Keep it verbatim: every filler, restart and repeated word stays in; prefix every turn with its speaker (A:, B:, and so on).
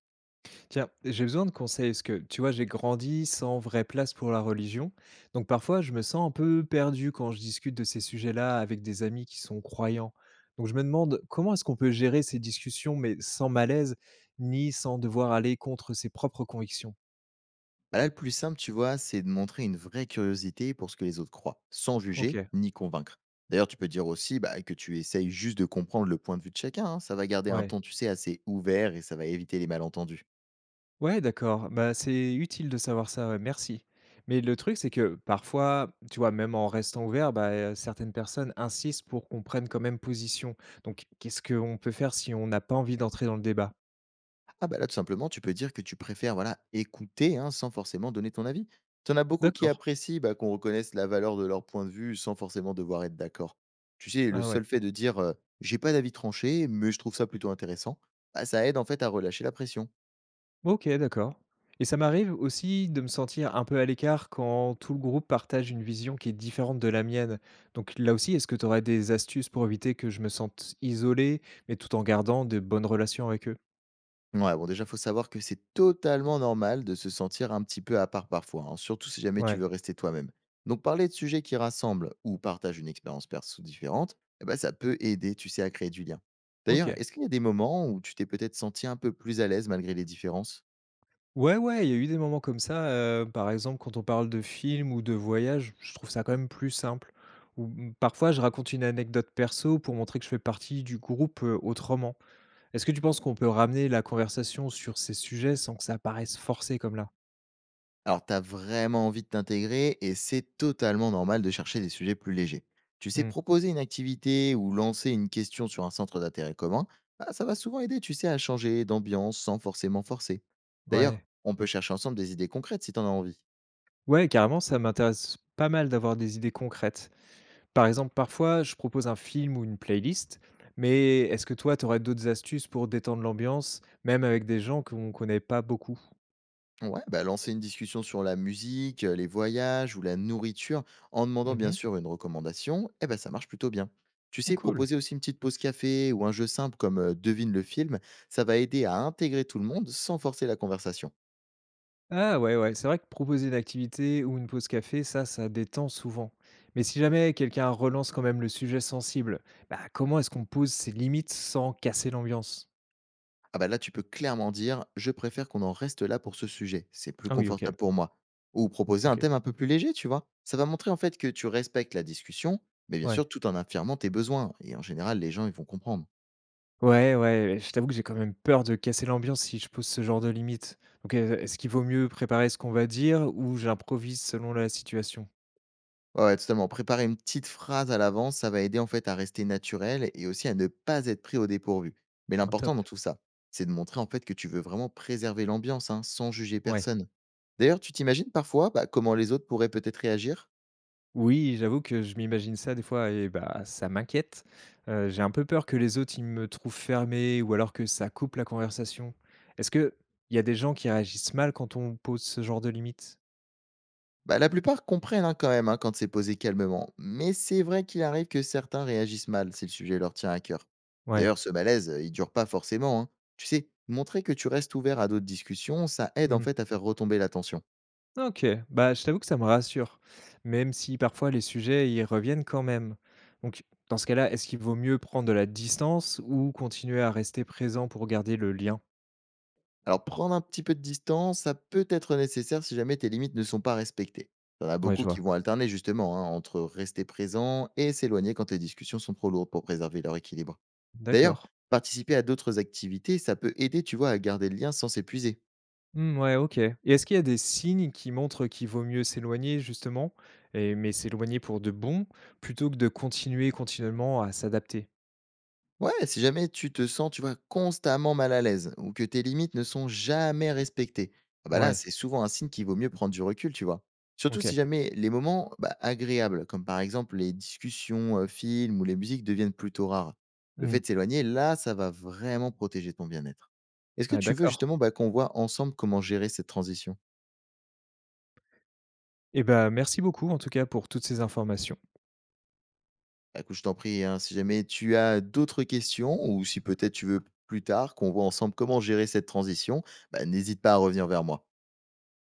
A: Tiens, j'ai besoin de conseils parce que tu vois, j'ai grandi sans vraie place pour la religion. Donc parfois, je me sens un peu perdu quand je discute de ces sujets-là avec des amis qui sont croyants. Donc je me demande comment est-ce qu'on peut gérer ces discussions, mais sans malaise, ni sans devoir aller contre ses propres convictions.
B: Bah là, le plus simple, tu vois, c'est de montrer une vraie curiosité pour ce que les autres croient, sans
A: Ok,
B: juger ni convaincre. D'ailleurs, tu peux dire aussi bah, que tu essayes juste de comprendre le point de vue de chacun, hein. Ça va garder un
A: ouais.
B: ton, tu sais, assez ouvert, et ça va éviter les malentendus.
A: Ouais, d'accord. Bah, c'est utile de savoir ça, ouais, merci. Mais le truc, c'est que parfois, tu vois, même en restant ouvert, bah, euh, certaines personnes insistent pour qu'on prenne quand même position. Donc, qu'est-ce qu'on peut faire si on n'a pas envie d'entrer dans le débat?
B: Ah bah là, tout simplement, tu peux dire que tu préfères voilà, écouter hein, sans forcément donner ton avis. T'en as beaucoup qui
A: D'accord.
B: apprécient bah, qu'on reconnaisse la valeur de leur point de vue sans forcément devoir être d'accord. Tu sais, le
A: Ah ouais.
B: seul fait de dire euh, j'ai pas d'avis tranché, mais je trouve ça plutôt intéressant, bah, ça aide en fait à relâcher la pression.
A: Ok, d'accord. Et ça m'arrive aussi de me sentir un peu à l'écart quand tout le groupe partage une vision qui est différente de la mienne. Donc là aussi, est-ce que tu aurais des astuces pour éviter que je me sente isolé, mais tout en gardant de bonnes relations avec eux?
B: Ouais, bon, déjà, faut savoir que c'est totalement normal de se sentir un petit peu à part parfois, hein, surtout si jamais tu
A: Ouais.
B: veux rester toi-même. Donc, parler de sujets qui rassemblent ou partagent une expérience perso différente, eh ben, ça peut aider, tu sais, à créer du lien. D'ailleurs,
A: Ok.
B: est-ce qu'il y a des moments où tu t'es peut-être senti un peu plus à l'aise malgré les différences?
A: Ouais, ouais, il y a eu des moments comme ça, heu, par exemple, quand on parle de films ou de voyages, je trouve ça quand même plus simple. Ou mmh, parfois, je raconte une anecdote perso pour montrer que je fais partie du groupe, heu, autrement. Est-ce que tu penses qu'on peut ramener la conversation sur ces sujets sans que ça paraisse forcé comme là?
B: Alors, tu as vraiment envie de t'intégrer, et c'est totalement normal de chercher des sujets plus légers. Tu sais,
A: Mmh,
B: proposer une activité ou lancer une question sur un centre d'intérêt commun, bah, ça va souvent aider, tu sais, à changer d'ambiance sans forcément forcer. D'ailleurs,
A: ouais.
B: on peut chercher ensemble des idées concrètes si tu en as envie.
A: Ouais, carrément, ça m'intéresse pas mal d'avoir des idées concrètes. Par exemple, parfois, je propose un film ou une playlist, mais est-ce que toi, tu aurais d'autres astuces pour détendre l'ambiance, même avec des gens qu'on connaît pas beaucoup?
B: Ouais, bah lancer une discussion sur la musique, euh, les voyages ou la nourriture en demandant bien
A: Mmh.
B: sûr une recommandation, eh ben ça marche plutôt bien. Tu sais,
A: Cool.
B: proposer aussi une petite pause café ou un jeu simple comme euh, devine le film, ça va aider à intégrer tout le monde sans forcer la conversation.
A: Ah ouais, ouais, c'est vrai que proposer une activité ou une pause café, ça, ça détend souvent. Mais si jamais quelqu'un relance quand même le sujet sensible, bah comment est-ce qu'on pose ses limites sans casser l'ambiance?
B: Ah bah là, tu peux clairement dire je préfère qu'on en reste là pour ce sujet, c'est plus
A: Ah oui, ok,
B: confortable pour moi. Ou proposer
A: ok.
B: un thème un peu plus léger, tu vois. Ça va montrer en fait que tu respectes la discussion, mais bien sûr
A: Ouais.
B: tout en affirmant tes besoins. Et en général, les gens ils vont comprendre.
A: Ouais, ouais, je t'avoue que j'ai quand même peur de casser l'ambiance si je pose ce genre de limite. Donc, euh, est-ce qu'il vaut mieux préparer ce qu'on va dire ou j'improvise selon la situation?
B: Ouais, ouais, totalement. Préparer une petite phrase à l'avance, ça va aider en fait à rester naturel et aussi à ne pas être pris au dépourvu. Mais
A: Un top.
B: l'important dans tout ça, c'est de montrer en fait que tu veux vraiment préserver l'ambiance hein, sans juger
A: Ouais.
B: personne. D'ailleurs, tu t'imagines parfois bah, comment les autres pourraient peut-être réagir?
A: Oui, j'avoue que je m'imagine ça des fois et bah, ça m'inquiète. Heu, j'ai un peu peur que les autres, ils me trouvent fermé ou alors que ça coupe la conversation. Est-ce que il y a des gens qui réagissent mal quand on pose ce genre de limite?
B: Bah, la plupart comprennent hein, quand même hein, quand c'est posé calmement. Mais c'est vrai qu'il arrive que certains réagissent mal si le sujet leur tient à cœur.
A: Ouais.
B: D'ailleurs, ce malaise, euh, il dure pas forcément, hein. Tu sais, montrer que tu restes ouvert à d'autres discussions, ça aide en
A: Mmh.
B: fait à faire retomber la tension.
A: OK, bah, je t'avoue que ça me rassure, même si parfois les sujets, ils reviennent quand même. Donc dans ce cas-là, est-ce qu'il vaut mieux prendre de la distance ou continuer à rester présent pour garder le lien?
B: Alors, prendre un petit peu de distance, ça peut être nécessaire si jamais tes limites ne sont pas respectées. T'en as
A: Ouais, je
B: beaucoup qui
A: vois.
B: vont alterner justement hein, entre rester présent et s'éloigner quand les discussions sont trop lourdes pour préserver leur équilibre. D'ailleurs,
A: D'accord.
B: participer à d'autres activités, ça peut aider, tu vois, à garder le lien sans s'épuiser.
A: Mmh, ouais, OK. Et est-ce qu'il y a des signes qui montrent qu'il vaut mieux s'éloigner justement et mais s'éloigner pour de bon, plutôt que de continuer continuellement à s'adapter?
B: Ouais, si jamais tu te sens, tu vois, constamment mal à l'aise ou que tes limites ne sont jamais respectées, ah bah là,
A: Ouais,
B: c'est souvent un signe qu'il vaut mieux prendre du recul, tu vois. Surtout si
A: OK.
B: jamais les moments bah, agréables, comme par exemple les discussions, euh, films ou les musiques, deviennent plutôt rares. Le
A: Mmh.
B: fait de s'éloigner, là, ça va vraiment protéger ton bien-être. Est-ce que
A: Ouais,
B: tu veux
A: d'accord.
B: justement bah, qu'on voit ensemble comment gérer cette transition?
A: Et ben merci beaucoup en tout cas pour toutes ces informations.
B: Bah, écoute, je t'en prie, hein, si jamais tu as d'autres questions ou si peut-être tu veux plus tard qu'on voit ensemble comment gérer cette transition, bah, n'hésite pas à revenir vers moi.